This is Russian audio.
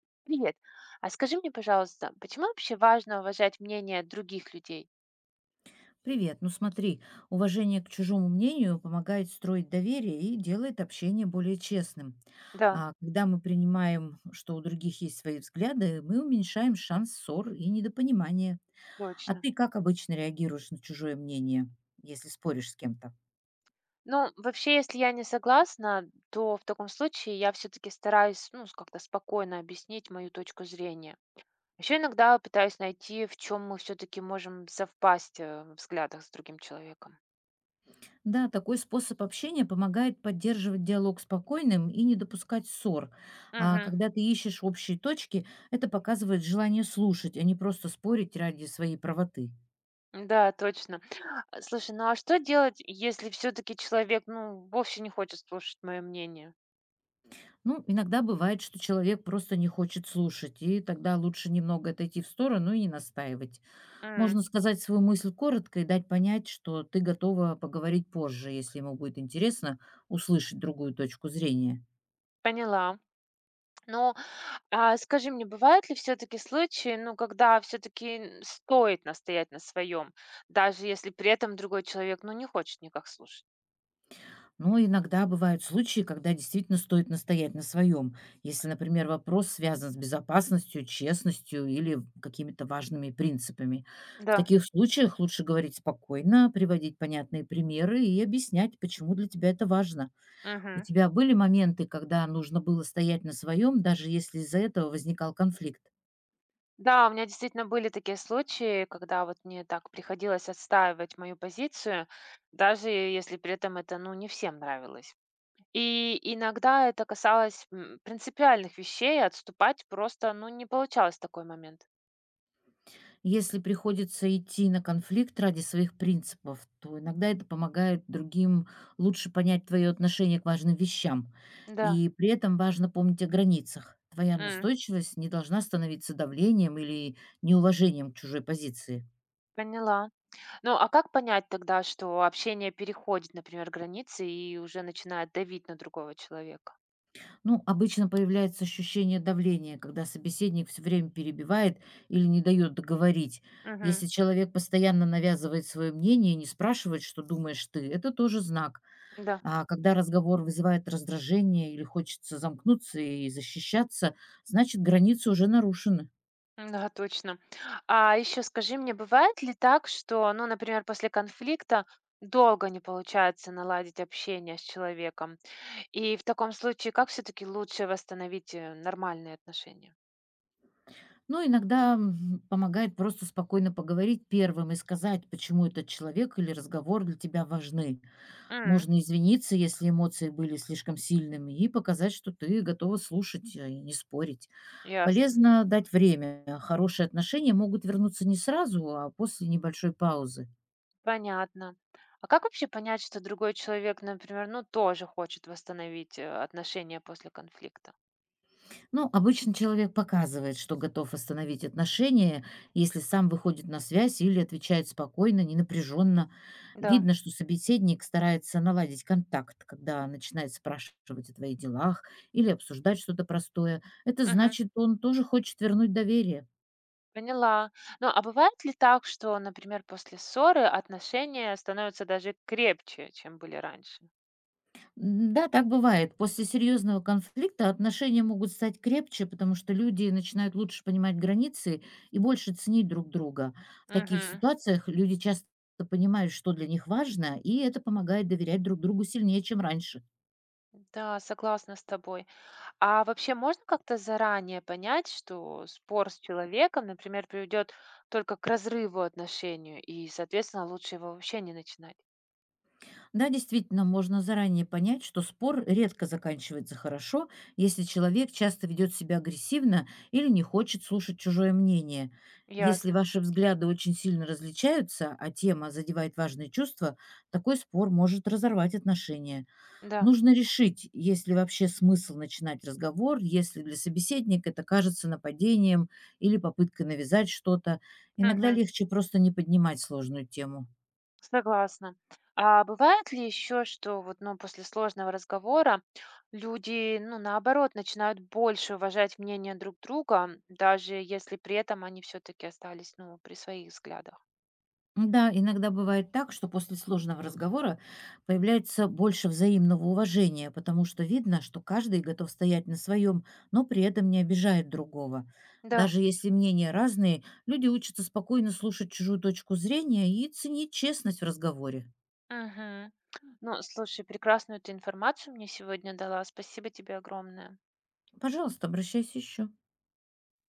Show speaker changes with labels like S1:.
S1: Привет. А скажи мне, пожалуйста, почему вообще важно уважать мнение других людей?
S2: Привет, ну смотри, уважение к чужому мнению помогает строить доверие и делает общение более честным.
S1: Да,
S2: А когда мы принимаем, что у других есть свои взгляды, мы уменьшаем шанс ссор и недопонимания. А
S1: точно.
S2: ты как обычно реагируешь на чужое мнение, если споришь с кем-то?
S1: Ну, вообще, если я не согласна, то в таком случае я все-таки стараюсь, ну, как-то спокойно объяснить мою точку зрения. Еще иногда пытаюсь найти, в чем мы все-таки можем совпасть в взглядах с другим человеком.
S2: Да, такой способ общения помогает поддерживать диалог спокойным и не допускать ссор. А
S1: Мгм.
S2: когда ты ищешь общие точки, это показывает желание слушать, а не просто спорить ради своей правоты.
S1: Да, точно. Слушай, ну а что делать, если все-таки человек, ну, вовсе не хочет слушать мое мнение?
S2: Ну, иногда бывает, что человек просто не хочет слушать, и тогда лучше немного отойти в сторону и не настаивать.
S1: М.
S2: Можно сказать свою мысль коротко и дать понять, что ты готова поговорить позже, если ему будет интересно услышать другую точку зрения.
S1: Поняла. Ну, а скажи мне, бывают ли все-таки случаи, ну, когда все-таки стоит настоять на своем, даже если при этом другой человек, ну, не хочет никак слушать?
S2: Но иногда бывают случаи, когда действительно стоит настоять на своем, если, например, вопрос связан с безопасностью, честностью или какими-то важными принципами. В
S1: Да.
S2: таких случаях лучше говорить спокойно, приводить понятные примеры и объяснять, почему для тебя это важно. У
S1: Мгм.
S2: тебя были моменты, когда нужно было стоять на своем, даже если из-за этого возникал конфликт?
S1: Да, у меня действительно были такие случаи, когда вот мне так приходилось отстаивать мою позицию, даже если при этом это, ну, не всем нравилось. И иногда это касалось принципиальных вещей, отступать просто, ну, не получалось в такой момент.
S2: Если приходится идти на конфликт ради своих принципов, то иногда это помогает другим лучше понять твое отношение к важным вещам.
S1: Да.
S2: И при этом важно помнить о границах. Твоя
S1: М.
S2: настойчивость не должна становиться давлением или неуважением к чужой позиции.
S1: Поняла. Ну, а как понять тогда, что общение переходит, например, границы и уже начинает давить на другого человека?
S2: Ну, обычно появляется ощущение давления, когда собеседник все время перебивает или не дает договорить.
S1: Мгм.
S2: Если человек постоянно навязывает свое мнение и не спрашивает, что думаешь ты, это тоже знак.
S1: Да,
S2: А когда разговор вызывает раздражение или хочется замкнуться и защищаться, значит, границы уже нарушены.
S1: да, точно. А еще скажи мне, бывает ли так, что, ну, например, после конфликта долго не получается наладить общение с человеком? И в таком случае, как все-таки лучше восстановить нормальные отношения?
S2: Но иногда помогает просто спокойно поговорить первым и сказать, почему этот человек или разговор для тебя важны.
S1: М,
S2: Можно извиниться, если эмоции были слишком сильными, и показать, что ты готова слушать и не спорить.
S1: ясно,
S2: Полезно дать время. Хорошие отношения могут вернуться не сразу, а после небольшой паузы.
S1: понятно. А как вообще понять, что другой человек, например, ну, тоже хочет восстановить отношения после конфликта?
S2: Ну, обычно человек показывает, что готов остановить отношения, если сам выходит на связь или отвечает спокойно, не напряженно.
S1: Да.
S2: Видно, что собеседник старается наладить контакт, когда начинает спрашивать о твоих делах или обсуждать что-то простое. Это
S1: Мгм.
S2: значит, он тоже хочет вернуть доверие.
S1: Поняла. Ну, а бывает ли так, что, например, после ссоры отношения становятся даже крепче, чем были раньше?
S2: Да, так бывает. После серьезного конфликта отношения могут стать крепче, потому что люди начинают лучше понимать границы и больше ценить друг друга. В таких
S1: Мгм.
S2: ситуациях люди часто понимают, что для них важно, и это помогает доверять друг другу сильнее, чем раньше.
S1: Да, согласна с тобой. А вообще можно как-то заранее понять, что спор с человеком, например, приведет только к разрыву отношению, и, соответственно, лучше его вообще не начинать?
S2: Да, действительно, можно заранее понять, что спор редко заканчивается хорошо, если человек часто ведет себя агрессивно или не хочет слушать чужое мнение. Если
S1: Ясно.
S2: ваши взгляды очень сильно различаются, а тема задевает важные чувства, такой спор может разорвать отношения.
S1: Да.
S2: Нужно решить, есть ли вообще смысл начинать разговор, если для собеседника это кажется нападением или попыткой навязать что-то. Иногда
S1: Мгм.
S2: легче просто не поднимать сложную тему.
S1: Согласна. А бывает ли еще, что вот, ну, после сложного разговора люди, ну, наоборот, начинают больше уважать мнение друг друга, даже если при этом они все-таки остались, ну, при своих взглядах?
S2: Да, иногда бывает так, что после сложного разговора появляется больше взаимного уважения, потому что видно, что каждый готов стоять на своем, но при этом не обижает другого.
S1: Да.
S2: Даже если мнения разные, люди учатся спокойно слушать чужую точку зрения и ценить честность в разговоре.
S1: Мгм. Ну, слушай, прекрасную ты информацию мне сегодня дала. Спасибо тебе огромное.
S2: Пожалуйста, обращайся еще.